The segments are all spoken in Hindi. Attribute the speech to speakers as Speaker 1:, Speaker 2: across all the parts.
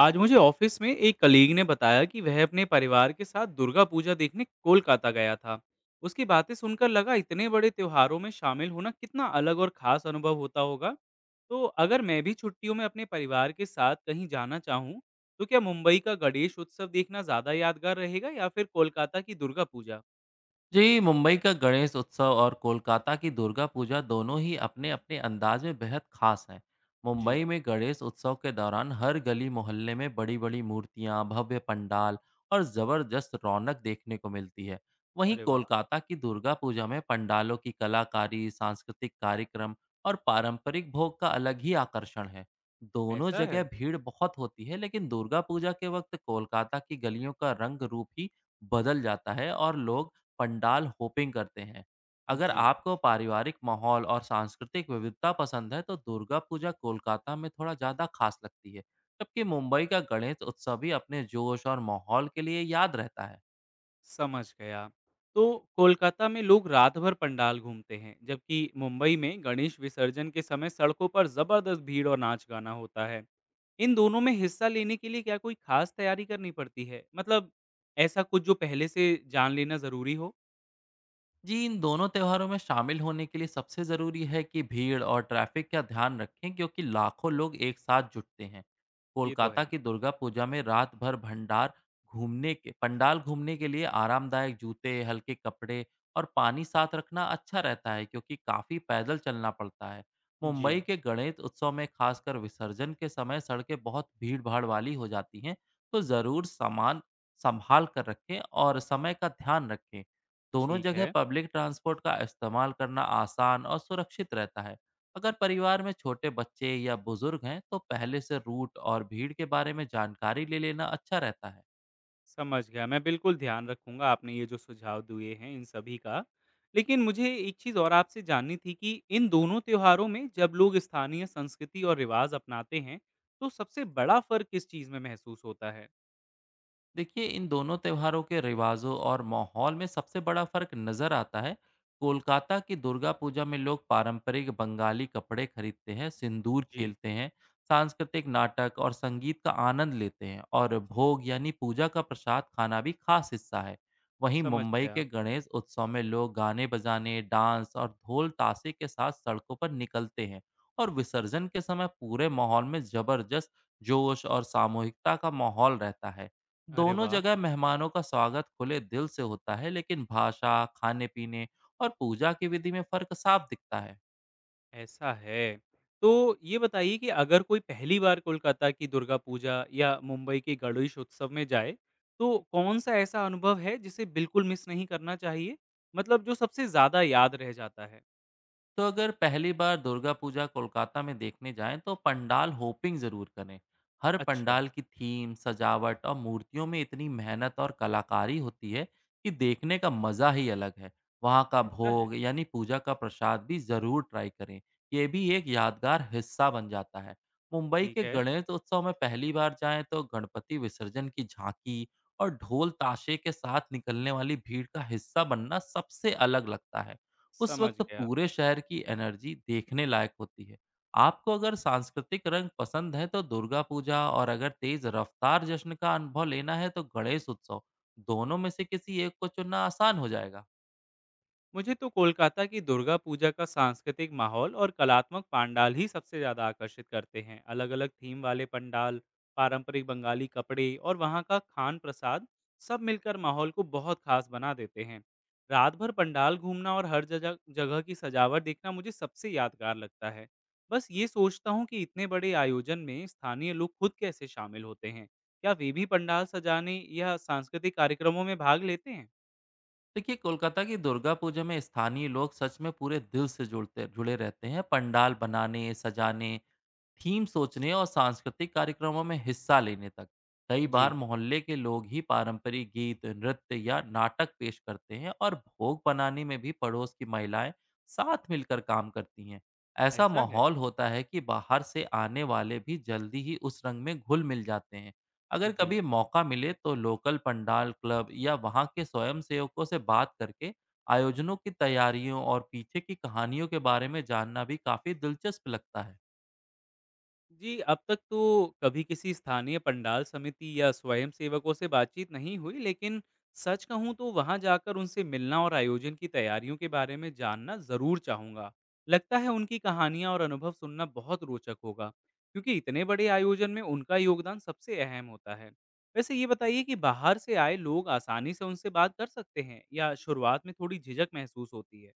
Speaker 1: आज मुझे ऑफिस में एक कलीग ने बताया कि वह अपने परिवार के साथ दुर्गा पूजा देखने कोलकाता गया था। उसकी बातें सुनकर लगा इतने बड़े त्योहारों में शामिल होना कितना अलग और खास अनुभव होता होगा। तो अगर मैं भी छुट्टियों में अपने परिवार के साथ कहीं जाना चाहूँ, तो क्या मुंबई का गणेश उत्सव देखना ज़्यादा यादगार रहेगा या फिर कोलकाता की दुर्गा पूजा।
Speaker 2: जी, मुंबई का गणेश उत्सव और कोलकाता की दुर्गा पूजा दोनों ही अपने-अपने अंदाज में बेहद खास हैं।
Speaker 1: जी।
Speaker 2: मुंबई में गणेश उत्सव के दौरान हर गली मोहल्ले में बड़ी-बड़ी मूर्तियां, भव्य पंडाल और जबरदस्त रौनक देखने को मिलती है। वहीं
Speaker 1: अरे वाह।
Speaker 2: कोलकाता की दुर्गा पूजा में पंडालों की कलाकारी, सांस्कृतिक कार्यक्रम और पारंपरिक भोग का अलग ही आकर्षण है। दोनों
Speaker 1: ऐसा है।
Speaker 2: जगह भीड़ बहुत होती है, लेकिन दुर्गा पूजा के वक्त कोलकाता की गलियों का रंग रूप ही बदल जाता है और लोग पंडाल होपिंग करते हैं। अगर
Speaker 1: जी।
Speaker 2: आपको पारिवारिक माहौल और सांस्कृतिक विविधता पसंद है, तो दुर्गा पूजा कोलकाता में थोड़ा ज़्यादा खास लगती है, जबकि मुंबई का गणेश उत्सव भी अपने जोश और माहौल के लिए याद रहता है।
Speaker 1: समझ गया। तो कोलकाता में लोग रात भर पंडाल घूमते हैं, जबकि मुंबई में गणेश विसर्जन के समय सड़कों पर जबरदस्त भीड़ और नाच-गाना होता है। इन दोनों में हिस्सा लेने के लिए क्या कोई खास तैयारी करनी पड़ती है? मतलब ऐसा कुछ जो पहले से जान लेना ज़रूरी हो?
Speaker 2: जी, इन दोनों त्योहारों में शामिल होने के लिए सबसे ज़रूरी है कि भीड़ और ट्रैफिक का ध्यान रखें, क्योंकि लाखों लोग एक साथ जुटते हैं।
Speaker 1: ये तो
Speaker 2: कोलकाता
Speaker 1: है।
Speaker 2: की दुर्गा पूजा में रात भर भंडार घूमने के पंडाल घूमने के लिए आरामदायक जूते, हल्के कपड़े और पानी साथ रखना अच्छा रहता है, क्योंकि काफ़ी पैदल चलना पड़ता है। मुंबई
Speaker 1: जी।
Speaker 2: के गणेश उत्सव में खासकर विसर्जन के समय सड़कें बहुत भीड़ भाड़ वाली हो जाती हैं, तो ज़रूर सामान संभाल कर रखें और समय का ध्यान रखें। दोनों
Speaker 1: ठीक
Speaker 2: जगह
Speaker 1: है।
Speaker 2: पब्लिक ट्रांसपोर्ट का इस्तेमाल करना आसान और सुरक्षित रहता है। अगर परिवार में छोटे बच्चे या बुजुर्ग हैं, तो पहले से रूट और भीड़ के बारे में जानकारी ले लेना अच्छा रहता है।
Speaker 1: समझ गया। मैं बिल्कुल ध्यान रखूँगा आपने ये जो सुझाव दिए हैं इन सभी का। लेकिन मुझे एक चीज़ और आपसे जाननी थी कि इन दोनों त्योहारों में जब लोग स्थानीय संस्कृति और रिवाज़ अपनाते हैं, तो सबसे बड़ा फ़र्क किस चीज़ में महसूस होता है?
Speaker 2: देखिए, इन दोनों त्योहारों के रिवाजों और माहौल में सबसे बड़ा फर्क नजर आता है। कोलकाता की दुर्गा पूजा में लोग पारंपरिक बंगाली कपड़े खरीदते हैं, सिंदूर
Speaker 1: जी,
Speaker 2: खेलते हैं, सांस्कृतिक नाटक और संगीत का आनंद लेते हैं और भोग यानी पूजा का प्रसाद खाना भी खास हिस्सा है। वहीं
Speaker 1: समझ
Speaker 2: मुंबई
Speaker 1: गया।
Speaker 2: के गणेश उत्सव में लोग गाने बजाने, डांस और ढोल ताशे के साथ सड़कों पर निकलते हैं और विसर्जन के समय पूरे माहौल में जबरदस्त जोश और सामूहिकता का माहौल रहता है।
Speaker 1: अरे
Speaker 2: दोनों
Speaker 1: वाह!
Speaker 2: जगह मेहमानों का स्वागत खुले दिल से होता है, लेकिन भाषा, खाने-पीने और पूजा की विधि में फर्क साफ दिखता है।
Speaker 1: ऐसा है। तो ये बताइए कि अगर कोई पहली बार कोलकाता की दुर्गा पूजा या मुंबई के गणेश उत्सव में जाए, तो कौन-सा ऐसा अनुभव है जिसे बिल्कुल मिस नहीं करना चाहिए? मतलब जो सबसे ज़्यादा याद रह जाता है?
Speaker 2: तो अगर पहली बार दुर्गा पूजा कोलकाता में देखने जाएं, तो पंडाल होपिंग ज़रूर करें। हर
Speaker 1: अच्छा।
Speaker 2: पंडाल की थीम, सजावट और मूर्तियों में इतनी मेहनत और कलाकारी होती है कि देखने का मज़ा ही अलग है। वहाँ का
Speaker 1: ऐसा है?
Speaker 2: भोग यानी पूजा का प्रसाद भी ज़रूर ट्राई करें, ये भी एक यादगार हिस्सा बन जाता है। मुंबई
Speaker 1: ठीक
Speaker 2: के
Speaker 1: है।
Speaker 2: गणेश उत्सव में पहली बार जाएं तो गणपति विसर्जन की झांकी और ढोल ताशे के साथ निकलने वाली भीड़ का हिस्सा बनना सबसे अलग लगता है। उस
Speaker 1: समझ
Speaker 2: वक्त
Speaker 1: गया।
Speaker 2: पूरे शहर की एनर्जी देखने लायक होती है। आपको अगर सांस्कृतिक रंग पसंद है तो दुर्गा पूजा, और अगर तेज रफ्तार जश्न का अनुभव लेना है तो गणेश उत्सव, दोनों में से किसी एक को चुनना आसान हो जाएगा।
Speaker 1: मुझे तो कोलकाता की दुर्गा पूजा का सांस्कृतिक माहौल और कलात्मक पांडाल ही सबसे ज़्यादा आकर्षित करते हैं। अलग अलग थीम वाले पंडाल, पारंपरिक बंगाली कपड़े और वहाँ का खान प्रसाद सब मिलकर माहौल को बहुत खास बना देते हैं। रात भर पंडाल घूमना और हर जगह जगह की सजावट देखना मुझे सबसे यादगार लगता है। बस ये सोचता हूँ कि इतने बड़े आयोजन में स्थानीय लोग खुद कैसे शामिल होते हैं। क्या वे भी पंडाल सजाने या सांस्कृतिक कार्यक्रमों में भाग लेते हैं?
Speaker 2: देखिए, कोलकाता की दुर्गा पूजा में स्थानीय लोग सच में पूरे दिल से जुड़ते जुड़े रहते हैं। पंडाल बनाने, सजाने, थीम सोचने और सांस्कृतिक कार्यक्रमों में हिस्सा लेने तक कई बार
Speaker 1: जी।
Speaker 2: मोहल्ले के लोग ही पारंपरिक गीत, नृत्य या नाटक पेश करते हैं और भोग बनाने में भी पड़ोस की महिलाएं साथ मिलकर काम करती हैं। ऐसा
Speaker 1: ऐसा है।
Speaker 2: माहौल होता है कि बाहर से आने वाले भी जल्दी ही उस रंग में घुल मिल जाते हैं। अगर
Speaker 1: जी।
Speaker 2: कभी मौका मिले तो लोकल पंडाल क्लब या वहाँ के स्वयं सेवकों से बात करके आयोजनों की तैयारियों और पीछे की कहानियों के बारे में जानना भी काफ़ी दिलचस्प लगता है।
Speaker 1: जी, अब तक तो कभी किसी स्थानीय पंडाल समिति या स्वयंसेवकों से बातचीत नहीं हुई, लेकिन सच कहूँ तो वहाँ जाकर उनसे मिलना और आयोजन की तैयारियों के बारे में जानना ज़रूर चाहूँगा। लगता है उनकी कहानियाँ और अनुभव सुनना बहुत रोचक होगा, क्योंकि इतने बड़े आयोजन में उनका योगदान सबसे अहम होता है। वैसे ये बताइए कि बाहर से आए लोग आसानी से उनसे बात कर सकते हैं या शुरुआत में थोड़ी झिझक महसूस होती है?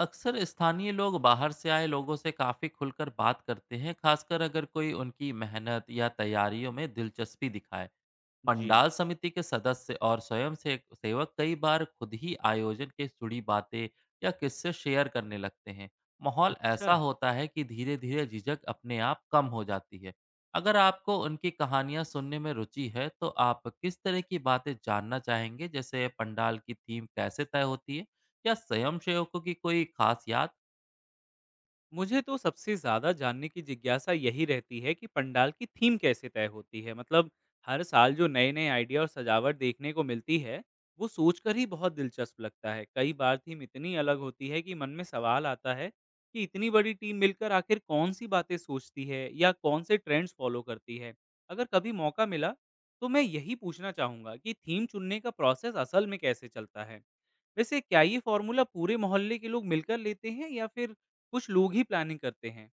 Speaker 2: अक्सर स्थानीय लोग बाहर से आए लोगों से काफ़ी खुलकर बात करते हैं, खासकर अगर कोई उनकी मेहनत या तैयारियों में दिलचस्पी दिखाए।
Speaker 1: जी।
Speaker 2: पंडाल समिति के सदस्य और स्वयं से सेवक कई बार खुद ही आयोजन के जुड़ी बातें या किस्से शेयर करने लगते हैं। माहौल
Speaker 1: अच्छा।
Speaker 2: ऐसा होता है कि धीरे धीरे झिझक अपने आप कम हो जाती है। अगर आपको उनकी कहानियां सुनने में रुचि है तो आप किस तरह की बातें जानना चाहेंगे, जैसे पंडाल की थीम कैसे तय होती है या स्वयंसेवकों की कोई खास याद।
Speaker 1: मुझे तो सबसे ज़्यादा जानने की जिज्ञासा यही रहती है कि पंडाल की थीम कैसे तय होती है। मतलब हर साल जो नए-नए आइडिया और सजावट देखने को मिलती है, वो सोचकर ही बहुत दिलचस्प लगता है। कई बार थीम इतनी अलग होती है कि मन में सवाल आता है कि इतनी बड़ी टीम मिलकर आखिर कौन-सी बातें सोचती है या कौन से ट्रेंड्स फ़ॉलो करती है। अगर कभी मौका मिला, तो मैं यही पूछना चाहूँगा कि थीम चुनने का प्रोसेस असल में कैसे चलता है? वैसे क्या ये फ़ॉर्मूला पूरे मोहल्ले के लोग मिलकर लेते हैं या फिर कुछ लोग ही प्लानिंग करते हैं।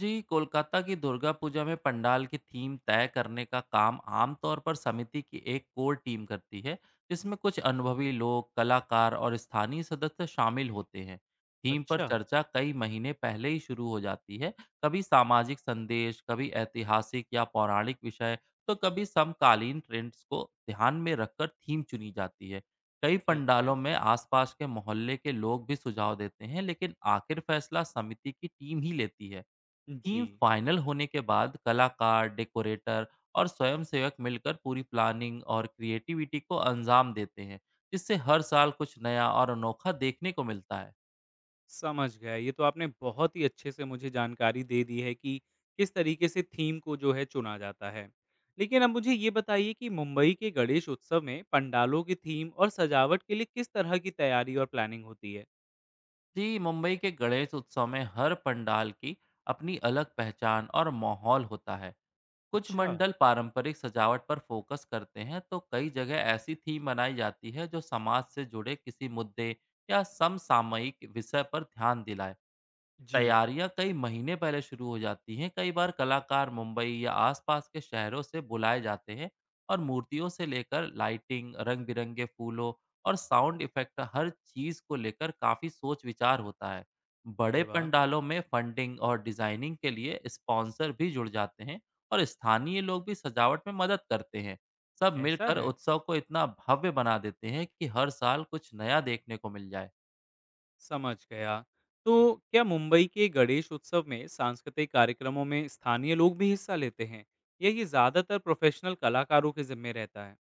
Speaker 2: जी, कोलकाता की दुर्गा पूजा में पंडाल की थीम तय करने का काम आमतौर पर समिति की एक कोर टीम करती है, जिसमें कुछ अनुभवी लोग, कलाकार और स्थानीय सदस्य शामिल होते हैं। थीम पर
Speaker 1: अच्छा।
Speaker 2: चर्चा कई महीने पहले ही शुरू हो जाती है, कभी सामाजिक संदेश, कभी ऐतिहासिक या पौराणिक विषय, तो कभी समकालीन ट्रेंड्स को ध्यान में रखकर थीम चुनी जाती है। कई
Speaker 1: ठीक है।
Speaker 2: पंडालों में आसपास के मोहल्ले के लोग भी सुझाव देते हैं, लेकिन आखिर फैसला समिति की टीम ही लेती है।
Speaker 1: जी।
Speaker 2: टीम फाइनल होने के बाद कलाकार, डेकोरेटर और स्वयंसेवक मिलकर पूरी प्लानिंग और क्रिएटिविटी को अंजाम देते हैं, जिससे हर साल कुछ नया और अनोखा देखने को मिलता है।
Speaker 1: समझ गया। ये तो आपने बहुत ही अच्छे से मुझे जानकारी दे दी है कि किस तरीके से थीम को जो है चुना जाता है। लेकिन अब मुझे ये बताइए कि मुंबई के गणेश उत्सव में पंडालों की थीम और सजावट के लिए किस तरह की तैयारी और प्लानिंग होती है?
Speaker 2: जी, मुंबई के गणेश उत्सव में हर पंडाल की अपनी अलग पहचान और माहौल होता है। कुछ
Speaker 1: अच्छा।
Speaker 2: मंडल पारंपरिक सजावट पर फोकस करते हैं, तो कई जगह ऐसी थीम बनाई जाती है जो समाज से जुड़े किसी मुद्दे या समसामयिक विषय पर ध्यान दिलाए।
Speaker 1: जी।
Speaker 2: तैयारियाँ कई महीने पहले शुरू हो जाती हैं। कई बार कलाकार मुंबई या आसपास के शहरों से बुलाए जाते हैं और मूर्तियों से लेकर लाइटिंग, रंग-बिरंगे फूलों और साउंड इफ़ेक्ट हर चीज़ को लेकर काफ़ी सोच-विचार होता है।
Speaker 1: अरे
Speaker 2: बड़े
Speaker 1: वाह!
Speaker 2: पंडालों में फंडिंग और डिज़ाइनिंग के लिए स्पॉन्सर भी जुड़ जाते हैं और स्थानीय लोग भी सजावट में मदद करते हैं। सब
Speaker 1: ऐसा
Speaker 2: मिलकर
Speaker 1: है?
Speaker 2: उत्सव को इतना भव्य बना देते हैं कि हर साल कुछ नया देखने को मिल जाए।
Speaker 1: समझ गया। तो क्या मुंबई के गणेश उत्सव में सांस्कृतिक कार्यक्रमों में स्थानीय लोग भी हिस्सा लेते हैं या ये ज़्यादातर प्रोफेशनल कलाकारों के ज़िम्मे रहता है?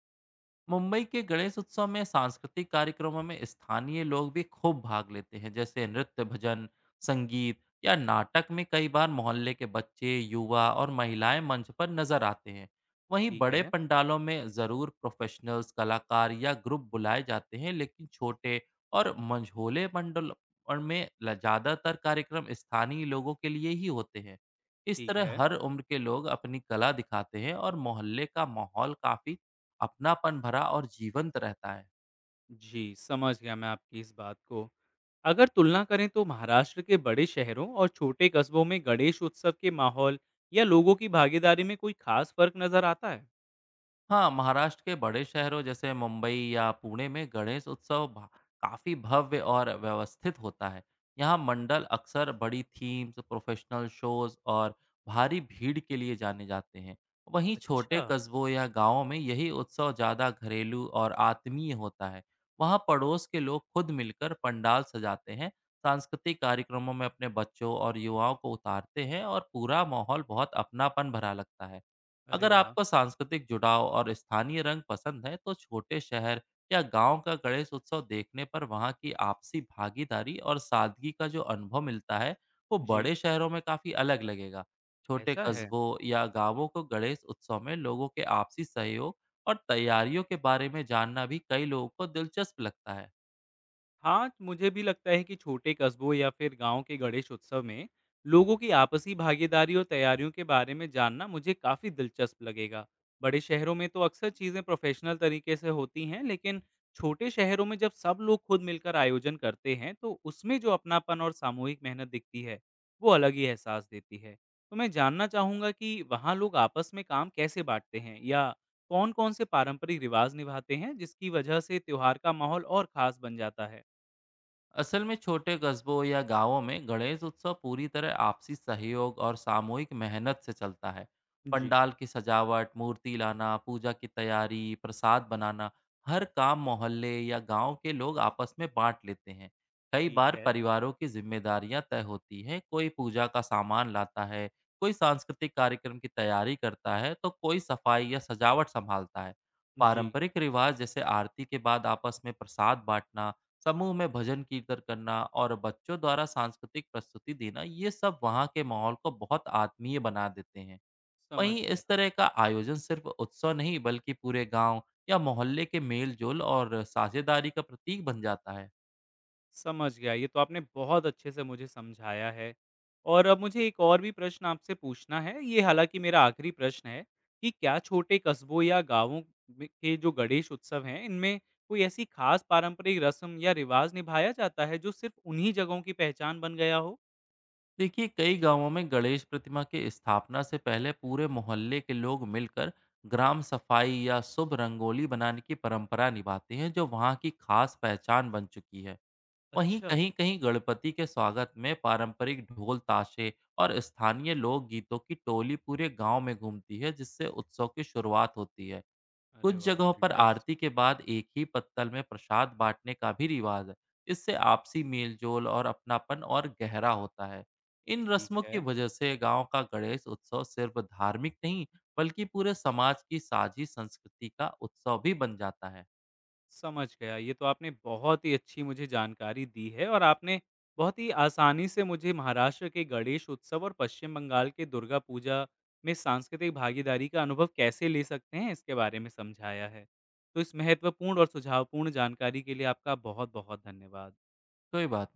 Speaker 2: मुंबई के गणेश उत्सव में सांस्कृतिक कार्यक्रमों में स्थानीय लोग भी खूब भाग लेते हैं, जैसे नृत्य, भजन, संगीत या नाटक में कई बार मोहल्ले के बच्चे, युवा और महिलाएं मंच पर नजर आते हैं। वहीं
Speaker 1: ठीक
Speaker 2: बड़े
Speaker 1: है।
Speaker 2: पंडालों में ज़रूर प्रोफेशनल्स कलाकार या ग्रुप बुलाए जाते हैं, लेकिन छोटे और मंझोले मंडल ज़्यादातर कार्यक्रम स्थानीय लोगों के लिए ही होते हैं। इस
Speaker 1: ठीक
Speaker 2: तरह
Speaker 1: है।
Speaker 2: हर उम्र के लोग अपनी कला दिखाते हैं और मोहल्ले का माहौल काफ़ी अपनापन भरा और जीवंत रहता है।
Speaker 1: जी, समझ गया मैं आपकी इस बात को। अगर तुलना करें तो महाराष्ट्र के बड़े शहरों और छोटे कस्बों में गणेश उत्सव के माहौल या लोगों की भागीदारी में कोई खास फ़र्क नज़र आता है?
Speaker 2: हाँ, महाराष्ट्र के बड़े शहरों जैसे मुंबई या पुणे में गणेश उत्सव काफी भव्य और व्यवस्थित होता है। यहाँ मंडल अक्सर बड़ी थीम्स, प्रोफेशनल शोज और भारी भीड़ के लिए जाने जाते हैं। वहीं छोटे
Speaker 1: अच्छा।
Speaker 2: कस्बों या गांवों में यही उत्सव ज्यादा घरेलू और आत्मीय होता है। वहाँ पड़ोस के लोग खुद मिलकर पंडाल सजाते हैं, सांस्कृतिक कार्यक्रमों में अपने बच्चों और युवाओं को उतारते हैं और पूरा माहौल बहुत अपनापन भरा लगता है।
Speaker 1: अरे
Speaker 2: अगर
Speaker 1: वाह!
Speaker 2: आपको सांस्कृतिक जुड़ाव और स्थानीय रंग पसंद है तो छोटे शहर या गांव का गणेश उत्सव देखने पर वहां की आपसी भागीदारी और सादगी का जो अनुभव मिलता है, वो
Speaker 1: जी।
Speaker 2: बड़े शहरों में काफी अलग लगेगा। छोटे
Speaker 1: ऐसा है।
Speaker 2: कस्बों या गांवों को गणेश उत्सव में लोगों के आपसी सहयोग और तैयारियों के बारे में जानना भी कई लोगों को दिलचस्प लगता है।
Speaker 1: हाँ, मुझे भी लगता है कि छोटे कस्बों या फिर गांव के गणेश उत्सव में लोगों की आपसी भागीदारी और तैयारियों के बारे में जानना मुझे काफ़ी दिलचस्प लगेगा। बड़े शहरों में तो अक्सर चीज़ें प्रोफेशनल तरीके से होती हैं, लेकिन छोटे शहरों में जब सब लोग खुद मिलकर आयोजन करते हैं, तो उसमें जो अपनापन और सामूहिक मेहनत दिखती है, वो अलग ही एहसास देती है। तो मैं जानना चाहूँगा कि वहाँ लोग आपस में काम कैसे बांटते हैं या कौन-कौन से पारंपरिक रिवाज निभाते हैं, जिसकी वजह से त्योहार का माहौल और खास बन जाता है।
Speaker 2: असल में छोटे कस्बों या गांवों में गणेश उत्सव पूरी तरह आपसी सहयोग और सामूहिक मेहनत से चलता है।
Speaker 1: जी।
Speaker 2: पंडाल की सजावट, मूर्ति लाना, पूजा की तैयारी, प्रसाद बनाना, हर काम मोहल्ले या गांव के लोग आपस में बांट लेते हैं। कई
Speaker 1: ठीक
Speaker 2: बार
Speaker 1: है।
Speaker 2: परिवारों की जिम्मेदारियां तय होती हैं, कोई पूजा का सामान लाता है, कोई सांस्कृतिक कार्यक्रम की तैयारी करता है, तो कोई सफाई या सजावट संभालता है।
Speaker 1: जी,
Speaker 2: पारंपरिक रिवाज जैसे आरती के बाद आपस में प्रसाद बांटना, समूह में भजन कीर्तन करना और बच्चों द्वारा सांस्कृतिक प्रस्तुति देना, ये सब वहाँ के माहौल को बहुत आत्मीय बना देते हैं।
Speaker 1: समझ
Speaker 2: वहीं
Speaker 1: गया,
Speaker 2: इस तरह का आयोजन सिर्फ उत्सव नहीं, बल्कि पूरे गांव या मोहल्ले के मेल जोल और साझेदारी का प्रतीक बन जाता है।
Speaker 1: समझ गया। ये तो आपने बहुत अच्छे से मुझे समझाया है और अब मुझे एक और भी प्रश्न आपसे पूछना है, ये हालाँकि मेरा आखिरी प्रश्न है कि क्या छोटे कस्बों या गाँवों में के जो गणेश उत्सव हैं, इनमें कोई ऐसी खास पारंपरिक रस्म या रिवाज़ निभाया जाता है, जो सिर्फ़ उन्हीं जगहों की पहचान बन गया हो?
Speaker 2: देखिए, कई गांवों में गणेश प्रतिमा की स्थापना से पहले पूरे मोहल्ले के लोग मिलकर ग्राम सफाई या शुभ रंगोली बनाने की परंपरा निभाते हैं, जो वहाँ की खास पहचान बन चुकी है। वहीं
Speaker 1: अच्छा।
Speaker 2: कहीं-कहीं गणपति के स्वागत में पारंपरिक ढोल ताशे और स्थानीय लोक गीतों की टोली पूरे गांव में घूमती है, जिससे उत्सव की शुरुआत होती है।
Speaker 1: अरे
Speaker 2: कुछ
Speaker 1: वाह!
Speaker 2: जगहों पर
Speaker 1: दिलचस्प।
Speaker 2: आरती के बाद एक ही पत्तल में प्रसाद बांटने का भी रिवाज है। इससे आपसी मेलजोल और अपनापन और गहरा होता है। इन
Speaker 1: ठीक
Speaker 2: रस्मों
Speaker 1: है।
Speaker 2: की वजह से गांव का गणेश उत्सव सिर्फ धार्मिक नहीं, बल्कि पूरे समाज की साझी संस्कृति का उत्सव भी बन जाता है।
Speaker 1: समझ गया। ये तो आपने बहुत ही अच्छी मुझे जानकारी दी है और आपने बहुत ही आसानी से मुझे महाराष्ट्र के गणेश उत्सव और पश्चिम बंगाल के दुर्गा पूजा में सांस्कृतिक भागीदारी का अनुभव कैसे ले सकते हैं, इसके बारे में समझाया है। तो इस महत्वपूर्ण और सुझावपूर्ण जानकारी के लिए आपका बहुत-बहुत धन्यवाद।
Speaker 2: कोई बात